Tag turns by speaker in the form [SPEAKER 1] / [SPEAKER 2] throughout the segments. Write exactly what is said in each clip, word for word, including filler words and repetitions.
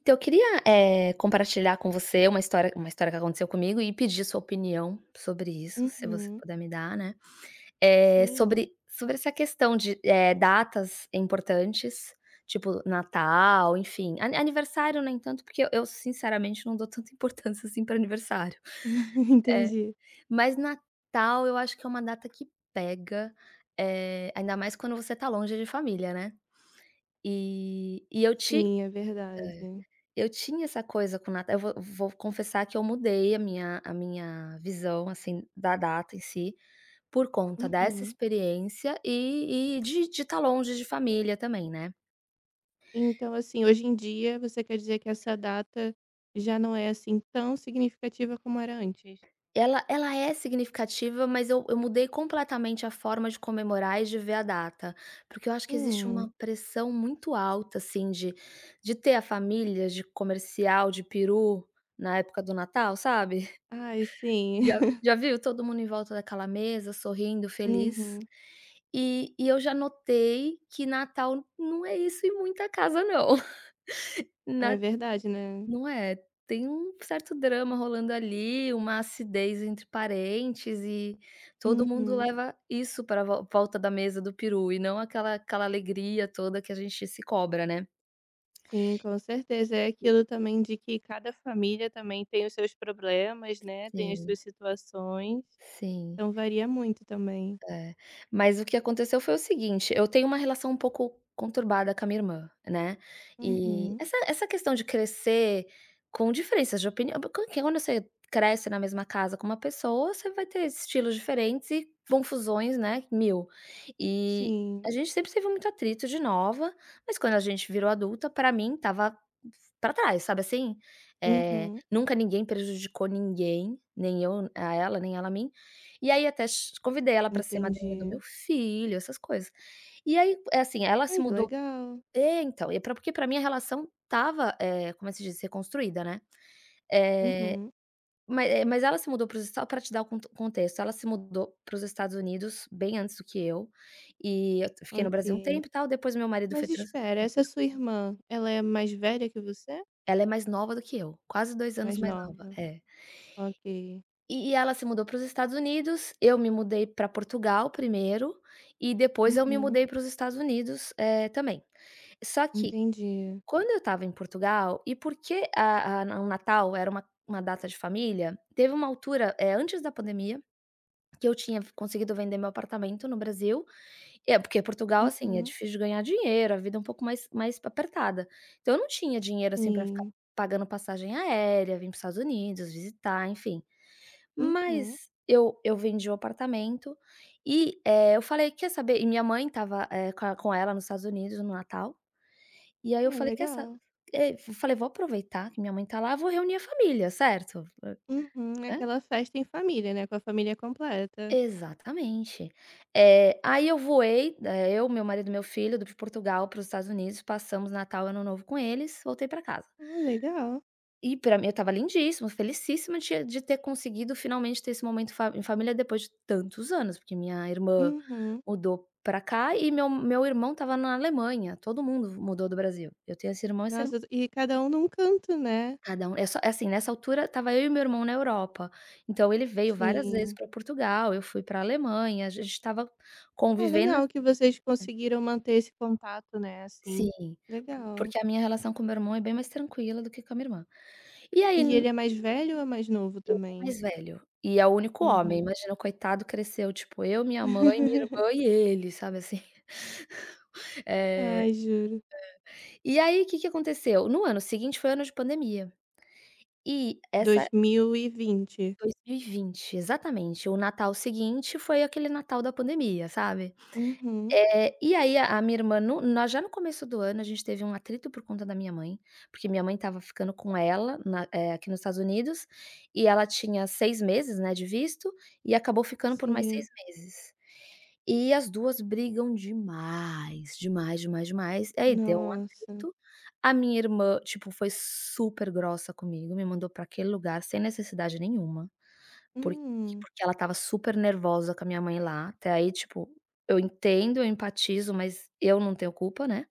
[SPEAKER 1] Então, eu queria, eh, compartilhar com você uma história uma história que aconteceu comigo e pedir sua opinião sobre isso, se você
[SPEAKER 2] Uhum.
[SPEAKER 1] puder me dar, né. Eh,
[SPEAKER 2] Sim.
[SPEAKER 1] sobre sobre essa questão de, eh, datas importantes, tipo Natal, enfim. Ani aniversário nem tanto, porque eu eu, sinceramente não dou tanta importância assim para aniversário.
[SPEAKER 2] Entendi.
[SPEAKER 1] Mas Natal eu acho que é uma data que pega, eh, ainda mais quando você está longe de família, né. E e eu te
[SPEAKER 2] Sim, é verdade.
[SPEAKER 1] Eu tinha essa coisa com o Natal, eu vou vou confessar que eu mudei a minha a minha visão, assim, da data em si, por conta dessa
[SPEAKER 2] Uhum.
[SPEAKER 1] experiência e e de de estar longe de família também, né.
[SPEAKER 2] Então, assim, hoje em dia você quer dizer que essa data já não é, assim, tão significativa como era antes?
[SPEAKER 1] Ela ela é significativa, mas eu eu mudei completamente a forma de comemorar e de ver a data, porque eu acho que existe
[SPEAKER 2] Hum.
[SPEAKER 1] uma pressão muito alta, assim, de de ter a família, de comercial, de peru, na época do Natal, sabe?
[SPEAKER 2] Ai, sim.
[SPEAKER 1] Já já viu todo mundo em volta daquela mesa, sorrindo, feliz.
[SPEAKER 2] Uhum.
[SPEAKER 1] E e eu já notei que Natal não é isso em muita casa não. Na
[SPEAKER 2] É verdade, né.
[SPEAKER 1] Não é, tem um certo drama rolando ali, uma acidez entre parentes e todo mundo
[SPEAKER 2] Uhum.
[SPEAKER 1] leva isso para volta da mesa do peru e não aquela aquela alegria toda que a gente se cobra, né.
[SPEAKER 2] Sim, com certeza. É aquilo também de que cada família também tem os seus problemas, né, tem as
[SPEAKER 1] Sim,
[SPEAKER 2] suas situações,
[SPEAKER 1] sim.
[SPEAKER 2] então varia muito também.
[SPEAKER 1] É, mas o que aconteceu foi o seguinte: eu tenho uma relação um pouco conturbada com a minha irmã, né, e
[SPEAKER 2] Uhum.
[SPEAKER 1] essa essa questão de crescer com diferenças de opinião, porque quando você cresce na mesma casa com uma pessoa, você vai ter estilos diferentes e confusões, né, mil. E a
[SPEAKER 2] Sim.
[SPEAKER 1] gente sempre teve muito atrito de nova, mas quando a gente virou adulta, pra mim estava pra trás, sabe assim? Eh,
[SPEAKER 2] Uhum.
[SPEAKER 1] nunca ninguém prejudicou ninguém, nem eu a ela, nem ela a mim, e aí até ch convidei ela pra ser madrinha do meu
[SPEAKER 2] Entendi.
[SPEAKER 1] filho, essas coisas. E aí, é assim, ela se
[SPEAKER 2] Ai, que
[SPEAKER 1] mudou
[SPEAKER 2] legal.
[SPEAKER 1] é, então, e é pra porque pra mim a relação estava, eh, como é que se diz? Reconstruída, né. Eh,
[SPEAKER 2] Uhum,
[SPEAKER 1] ma eh, mas ela se mudou para os Estados pra te dar o conto contexto, ela se mudou para os Estados Unidos bem antes do que eu, e eu fiquei no Brasil um
[SPEAKER 2] ok.
[SPEAKER 1] tempo e tal, depois meu marido foi
[SPEAKER 2] Mas
[SPEAKER 1] trans
[SPEAKER 2] espera, essa sua irmã, ela é mais velha que você?
[SPEAKER 1] ela é mais nova do que eu, quase dois anos
[SPEAKER 2] Mais
[SPEAKER 1] mais nova.
[SPEAKER 2] nova.
[SPEAKER 1] É.
[SPEAKER 2] Ok.
[SPEAKER 1] E ela se mudou para os Estados Unidos, eu me mudei para Portugal primeiro, e depois eu me
[SPEAKER 2] Uhum,
[SPEAKER 1] mudei para os Estados Unidos, eh, também. Só que
[SPEAKER 2] entendi.
[SPEAKER 1] quando eu estava em Portugal, e porque a a o Natal era uma uma data de família, teve uma altura, eh, antes da pandemia, que eu tinha conseguido vender meu apartamento no Brasil, é porque Portugal, assim, é
[SPEAKER 2] Uhum,
[SPEAKER 1] difícil de ganhar dinheiro, a vida é um pouco mais mais apertada. Então eu não tinha dinheiro, assim, para ficar
[SPEAKER 2] sim.
[SPEAKER 1] pagando passagem aérea, vir para os Estados Unidos, visitar, enfim.
[SPEAKER 2] Uhum.
[SPEAKER 1] Mas eu eu vendi o apartamento e, eh, eu falei: "Quer saber?" E minha mãe estava, eh, com a com ela nos Estados Unidos no Natal, e aí eu
[SPEAKER 2] Ah,
[SPEAKER 1] falei: "Quer sa"
[SPEAKER 2] legal.
[SPEAKER 1] eh, eu falei: "Vou aproveitar que minha mãe tá lá, vou reunir a família, certo?" Eh,
[SPEAKER 2] Uhum, é
[SPEAKER 1] Né.
[SPEAKER 2] aquela festa em família, né, com a família completa.
[SPEAKER 1] Exatamente. Eh, aí eu voei, eh, eu, meu marido e meu filho, do de Portugal para os Estados Unidos, passamos Natal e Ano Novo com eles, voltei para casa.
[SPEAKER 2] Ah, legal.
[SPEAKER 1] E pra mim eu estava lindíssima, felicíssima de de ter conseguido finalmente ter esse momento fa em família depois de tantos anos, porque minha irmã
[SPEAKER 2] Uhum.
[SPEAKER 1] mudou pra cá e meu meu irmão estava na Alemanha, todo mundo mudou do Brasil. Eu tenho esse irmão e essa irmã,
[SPEAKER 2] Nossa, e cada um num canto, né?
[SPEAKER 1] cada um é só é assim, nessa altura estava eu e meu irmão na Europa, então ele veio várias vezes
[SPEAKER 2] Sim.
[SPEAKER 1] pra Portugal, eu fui pra Alemanha, a gente estava
[SPEAKER 2] Ah,
[SPEAKER 1] convivendo
[SPEAKER 2] legal que vocês conseguiram manter esse contato, né, assim.
[SPEAKER 1] sim,
[SPEAKER 2] Legal.
[SPEAKER 1] porque a minha relação com meu irmão é bem mais tranquila do que com a minha irmã. E aí
[SPEAKER 2] E ele é mais velho ou é mais novo também?
[SPEAKER 1] mais velho. E é o único homem,
[SPEAKER 2] Uhum.
[SPEAKER 1] imagina o coitado cresceu, tipo, eu, minha mãe, minha irmã e ele, sabe assim. Eh,
[SPEAKER 2] Ai, juro.
[SPEAKER 1] e aí o que que aconteceu? No ano seguinte foi ano de pandemia, e essa
[SPEAKER 2] dois mil e vinte.
[SPEAKER 1] dois mil e vinte, exatamente, o Natal seguinte foi aquele Natal da pandemia, sabe.
[SPEAKER 2] Uhum.
[SPEAKER 1] Eh, e aí a a minha irmã no na já no começo do ano a gente teve um atrito por conta da minha mãe, porque minha mãe estava ficando com ela na eh, aqui nos Estados Unidos, e ela tinha seis meses, né, de visto, e acabou ficando por mais seis
[SPEAKER 2] Sim.
[SPEAKER 1] meses. E as duas brigam demais, demais, demais, demais. Aí deu um
[SPEAKER 2] Nossa.
[SPEAKER 1] atrito. A minha irmã, tipo, foi super grossa comigo, me mandou pra aquele lugar sem necessidade nenhuma, porque
[SPEAKER 2] Hum.
[SPEAKER 1] porque ela estava super nervosa com a minha mãe lá. Até aí, tipo, eu entendo, eu empatizo, mas eu não tenho culpa, né.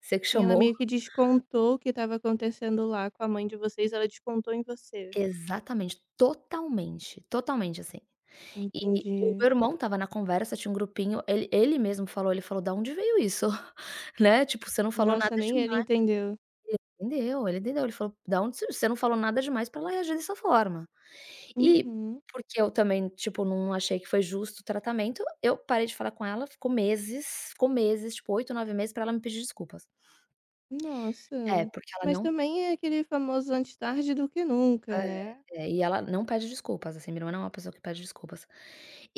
[SPEAKER 1] Você que
[SPEAKER 2] E ela
[SPEAKER 1] chamou.
[SPEAKER 2] meio que descontou o que estava acontecendo lá com a mãe de vocês, ela descontou em você.
[SPEAKER 1] Exatamente, totalmente, totalmente assim. E e o meu
[SPEAKER 2] Entendi.
[SPEAKER 1] irmão estava na conversa, tinha um grupinho, ele ele mesmo falou, ele falou: "Da onde veio isso?" Né, tipo: "Você não falou nada
[SPEAKER 2] Nossa,
[SPEAKER 1] de
[SPEAKER 2] nem ele entendeu.
[SPEAKER 1] Entendeu, ele entendeu, ele falou: "Da onde você você não falou nada demais pra ela reagir dessa forma". E
[SPEAKER 2] Uhum.
[SPEAKER 1] porque eu também, tipo, não achei que foi justo o tratamento, eu parei de falar com ela, ficou meses, ficou meses, tipo oito, nove meses pra ela me pedir desculpas. É,
[SPEAKER 2] Nossa.
[SPEAKER 1] porque ela
[SPEAKER 2] Mas
[SPEAKER 1] não
[SPEAKER 2] também é aquele famoso antes tarde do que nunca,
[SPEAKER 1] é,
[SPEAKER 2] né.
[SPEAKER 1] é, e ela não pede desculpas, assim, minha irmã não é uma pessoa que pede desculpas.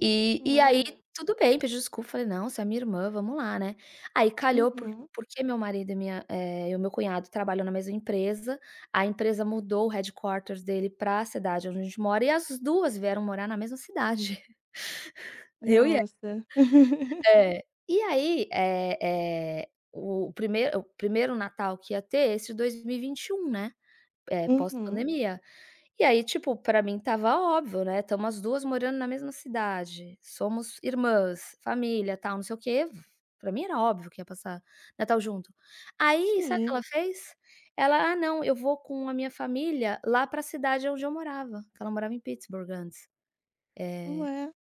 [SPEAKER 1] E e aí
[SPEAKER 2] Olha.
[SPEAKER 1] tudo bem, pediu desculpa, falei: "Não, você é minha irmã, vamos lá, né". Aí calhou por
[SPEAKER 2] Uhum.
[SPEAKER 1] porque meu marido e minha eh, e o meu cunhado trabalham na mesma empresa, a empresa mudou o headquarters dele para a cidade onde a gente mora e as duas vieram morar na mesma cidade, eu e ela.
[SPEAKER 2] Nossa.
[SPEAKER 1] É. E aí, eh eh, o primeiro o primeiro Natal que ia ter, esse de dois mil e e vinte e um, né, é
[SPEAKER 2] Uhum.
[SPEAKER 1] pós-pandemia. E aí, tipo, pra mim tava óbvio, né, estamos as duas morando na mesma cidade, somos irmãs, família, tal, não sei o quê, pra mim era óbvio que ia passar Natal junto. Aí, sabe o que
[SPEAKER 2] Sim.
[SPEAKER 1] ela fez? Ela: "Ah, não, eu vou com a minha família lá pra cidade onde eu morava", que ela morava em Pittsburgh antes. Eh,
[SPEAKER 2] Ué,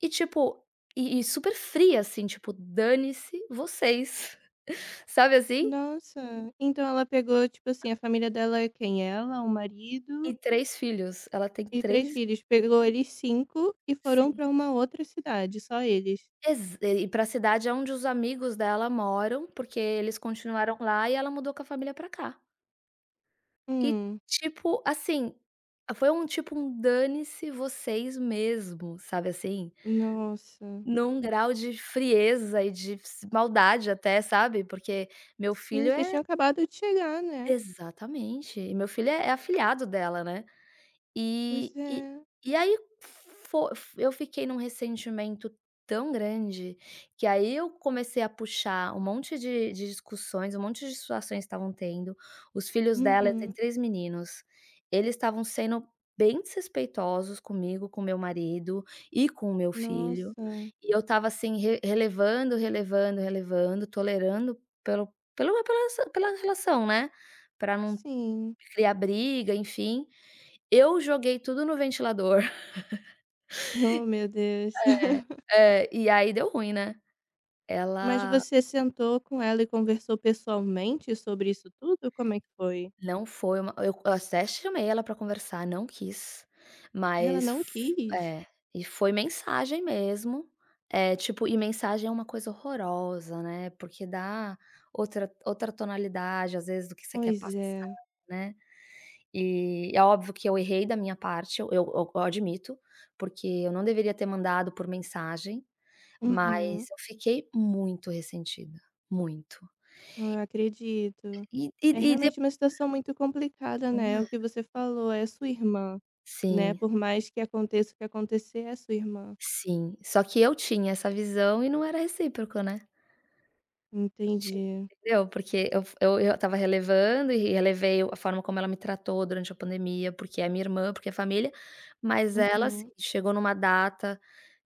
[SPEAKER 1] e tipo, e e super fria, assim, tipo: "Dane-se vocês", sabe assim?
[SPEAKER 2] nossa. Então ela pegou, tipo assim, a família dela é quem? Ela, o
[SPEAKER 1] E
[SPEAKER 2] marido
[SPEAKER 1] três filhos, ela tem
[SPEAKER 2] e três
[SPEAKER 1] três
[SPEAKER 2] filhos. Pegou eles cinco e foram pra uma outra cidade, só eles.
[SPEAKER 1] exa e pra cidade é onde os amigos dela moram, porque eles continuaram lá e ela mudou com a família pra cá. E,
[SPEAKER 2] Hum,
[SPEAKER 1] tipo, assim, foi um tipo um dane-se vocês mesmo, sabe assim?
[SPEAKER 2] nossa.
[SPEAKER 1] Num grau de frieza e de s maldade até, sabe, porque meu filho
[SPEAKER 2] Sim, vocês
[SPEAKER 1] é
[SPEAKER 2] tinham acabado de chegar, né.
[SPEAKER 1] exatamente, e meu filho é é afilhado dela, né.
[SPEAKER 2] Pois
[SPEAKER 1] E
[SPEAKER 2] é.
[SPEAKER 1] e e aí fo eu fiquei num ressentimento tão grande, que aí eu comecei a puxar um monte de de discussões, um monte de situações que estavam tendo, os filhos dela eu tenho
[SPEAKER 2] Uhum.
[SPEAKER 1] três meninos, eles estavam sendo bem desrespeitosos comigo, com meu marido e com o meu filho,
[SPEAKER 2] Nossa,
[SPEAKER 1] e eu estava assim re relevando, relevando, relevando, tolerando pelo pelo pela pela relação, né, pra não
[SPEAKER 2] sim.
[SPEAKER 1] criar briga, enfim. Eu joguei tudo no ventilador.
[SPEAKER 2] Oh, meu Deus.
[SPEAKER 1] É, É, e aí deu ruim, né.
[SPEAKER 2] Mas
[SPEAKER 1] Ela
[SPEAKER 2] você sentou com ela e conversou pessoalmente sobre isso tudo? Como é que foi?
[SPEAKER 1] não foi uma eu até chamei ela pra conversar, não quis,
[SPEAKER 2] Ela
[SPEAKER 1] mas
[SPEAKER 2] não quis?
[SPEAKER 1] é, e foi mensagem mesmo, eh, tipo e mensagem é uma coisa horrorosa, né, porque dá outra outra tonalidade, às vezes, do que você quer
[SPEAKER 2] Pois
[SPEAKER 1] passar,
[SPEAKER 2] é.
[SPEAKER 1] né. E é óbvio que eu errei da minha parte, eu eu eu admito, porque eu não deveria ter mandado por mensagem.
[SPEAKER 2] Uhum.
[SPEAKER 1] Mas eu fiquei muito ressentida, muito.
[SPEAKER 2] Eu acredito.
[SPEAKER 1] E e
[SPEAKER 2] É
[SPEAKER 1] e de
[SPEAKER 2] realmente uma situação muito complicada, né, o que
[SPEAKER 1] É,
[SPEAKER 2] você falou, é sua irmã, né,
[SPEAKER 1] sim,
[SPEAKER 2] por mais que aconteça o que acontecer, é sua irmã.
[SPEAKER 1] sim. Só que eu tinha essa visão e não era recíproco, né. Tipo,
[SPEAKER 2] Entendi.
[SPEAKER 1] entendeu? Porque eu f eu eu estava relevando e relevei a forma como ela me tratou durante a pandemia, porque é minha irmã, porque é família, mas ela, assim,
[SPEAKER 2] Uhum.
[SPEAKER 1] chegou numa data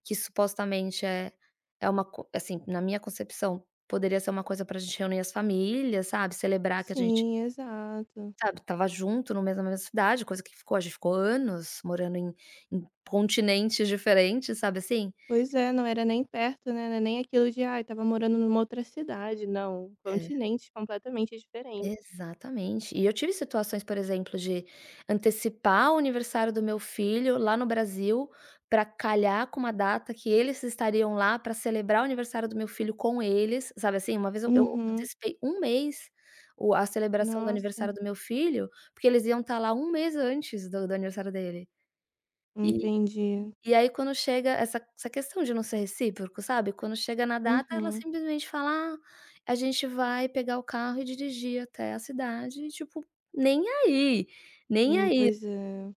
[SPEAKER 1] que supostamente é é uma co assim, na minha concepção, poderia ser uma coisa pra gente reunir as famílias, sabe, celebrar que a gente
[SPEAKER 2] Sim, exato.
[SPEAKER 1] sabe, estava junto no mesmo na mesma cidade, coisa que ficou a gente ficou anos morando em em continentes diferentes, sabe assim?
[SPEAKER 2] Pois é, não era nem perto, né, não é nem aquilo de: "Ai, estava morando numa outra cidade", não, um
[SPEAKER 1] É,
[SPEAKER 2] continente completamente diferente.
[SPEAKER 1] exatamente. E eu tive situações, por exemplo, de antecipar o aniversário do meu filho lá no Brasil, para calhar com uma data que eles estariam lá para celebrar o aniversário do meu filho com eles, sabe assim? Uma vez eu eu
[SPEAKER 2] Uhum.
[SPEAKER 1] antecipei um mês o a celebração do
[SPEAKER 2] Nossa,
[SPEAKER 1] aniversário do meu filho, porque eles iam estar lá um mês antes do do aniversário dele. E
[SPEAKER 2] entendi.
[SPEAKER 1] e aí quando chega essa essa questão de não ser recíproco, sabe, quando chega na data ela
[SPEAKER 2] Uhum.
[SPEAKER 1] simplesmente fala: "Ah, a gente vai pegar o carro e dirigir até a cidade", e tipo, nem aí, nem
[SPEAKER 2] Hum,
[SPEAKER 1] aí.
[SPEAKER 2] pois é.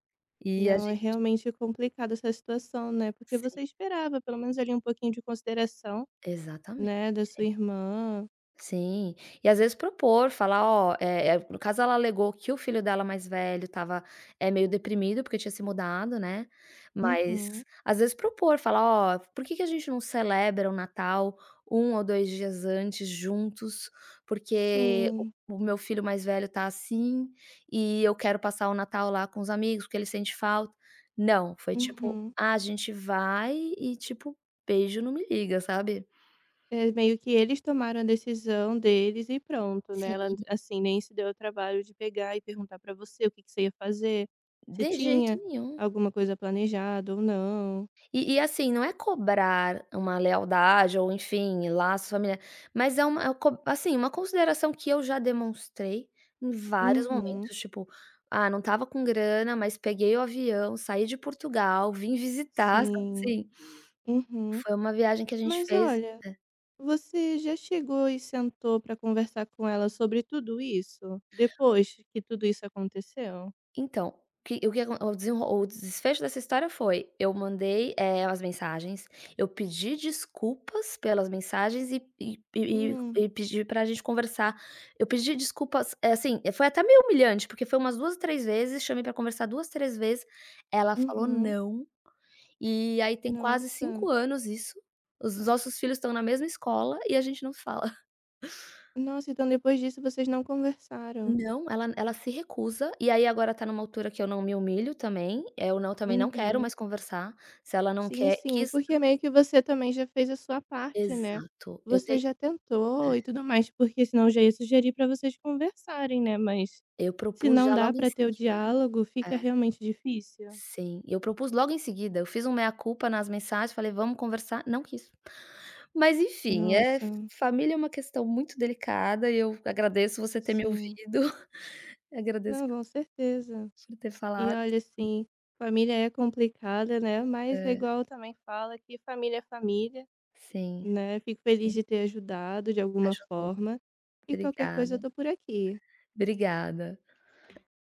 [SPEAKER 1] E a
[SPEAKER 2] Não, é
[SPEAKER 1] gente
[SPEAKER 2] realmente complicada essa situação, né, porque você
[SPEAKER 1] sim,
[SPEAKER 2] esperava pelo menos ali um pouquinho de consideração,
[SPEAKER 1] exatamente.
[SPEAKER 2] né, da sua irmã.
[SPEAKER 1] Sim, e às vezes propor, falar: "Ó", eh eh, no caso ela alegou que o filho dela mais velho estava é meio deprimido porque tinha se mudado, né, mas
[SPEAKER 2] Uhum.
[SPEAKER 1] às vezes propor, falar: "Ó, por que que a gente não celebra o Natal um ou dois dias antes juntos? Porque o
[SPEAKER 2] Sim.
[SPEAKER 1] o meu filho mais velho tá assim, e eu quero passar o Natal lá com os amigos, porque ele sente falta". Não, foi tipo:
[SPEAKER 2] Uhum.
[SPEAKER 1] "Ah, a gente vai e, tipo, beijo, não me liga", sabe?
[SPEAKER 2] É meio que eles tomaram a decisão deles e pronto, né, ela,
[SPEAKER 1] Sim,
[SPEAKER 2] assim, nem se deu o trabalho de pegar e perguntar pra você o que que você ia fazer, se
[SPEAKER 1] de jeito
[SPEAKER 2] tinha
[SPEAKER 1] nenhum.
[SPEAKER 2] alguma coisa planejada ou não.
[SPEAKER 1] E e assim, não é cobrar uma lealdade ou enfim, laços familia mas é uma é co assim, uma consideração que eu já demonstrei em vários Uhum.
[SPEAKER 2] Uhum.
[SPEAKER 1] momentos, tipo, ah, não estava com grana, mas peguei o avião, saí de Portugal, vim visitar, sabe
[SPEAKER 2] Sim.
[SPEAKER 1] assim?
[SPEAKER 2] Uhum.
[SPEAKER 1] Foi uma viagem que a gente
[SPEAKER 2] Mas
[SPEAKER 1] fez
[SPEAKER 2] olha, Você já chegou e sentou para conversar com ela sobre tudo isso? Depois que tudo isso aconteceu?
[SPEAKER 1] então, que o que acon o desenro o desfecho dessa história foi, eu mandei, eh, as mensagens, eu pedi desculpas pelas mensagens e e e
[SPEAKER 2] Hum,
[SPEAKER 1] e pedi pra gente conversar. Eu pedi desculpas, eh, assim, eh, foi até meio humilhante, porque foi umas duas três vezes, chamei pra conversar duas três vezes, ela falou
[SPEAKER 2] uhum.
[SPEAKER 1] "não", e aí tem quase
[SPEAKER 2] Nossa.
[SPEAKER 1] cinco anos isso, os nossos filhos estão na mesma escola e a gente não se fala.
[SPEAKER 2] Nossa, então depois disso vocês não conversaram.
[SPEAKER 1] Não, ela ela se recusa, e aí agora tá numa altura que eu não me humilho também, é, eu não também não quero
[SPEAKER 2] Uhum.
[SPEAKER 1] mais conversar, se ela não
[SPEAKER 2] Sim,
[SPEAKER 1] quer
[SPEAKER 2] sim.
[SPEAKER 1] quis
[SPEAKER 2] Porque meio que você também já fez a sua parte, né?
[SPEAKER 1] exato, eu
[SPEAKER 2] Você
[SPEAKER 1] tenho
[SPEAKER 2] já tentou e tudo mais, porque senão eu já ia sugerir para vocês conversarem, né? Mas
[SPEAKER 1] eu
[SPEAKER 2] se
[SPEAKER 1] propus
[SPEAKER 2] não
[SPEAKER 1] já
[SPEAKER 2] dá
[SPEAKER 1] logo em
[SPEAKER 2] para ter o
[SPEAKER 1] seguida
[SPEAKER 2] diálogo, fica
[SPEAKER 1] é,
[SPEAKER 2] realmente difícil.
[SPEAKER 1] sim, eu propus logo em seguida, eu fiz um meia culpa nas mensagens, falei: "Vamos conversar", não quis. Mas enfim, é
[SPEAKER 2] Nossa,
[SPEAKER 1] família é uma questão muito delicada e eu agradeço você ter me
[SPEAKER 2] sim.
[SPEAKER 1] ouvido, agradeço
[SPEAKER 2] Não, com certeza.
[SPEAKER 1] por ter
[SPEAKER 2] E
[SPEAKER 1] falado,
[SPEAKER 2] olha, assim, família é complicada, né, mas é
[SPEAKER 1] é,
[SPEAKER 2] igual também fala que família é família,
[SPEAKER 1] sim,
[SPEAKER 2] né, fico feliz
[SPEAKER 1] sim,
[SPEAKER 2] de ter ajudado de alguma
[SPEAKER 1] ajudou.
[SPEAKER 2] forma, e qualquer coisa
[SPEAKER 1] Obrigada,
[SPEAKER 2] eu tô por aqui.
[SPEAKER 1] obrigada.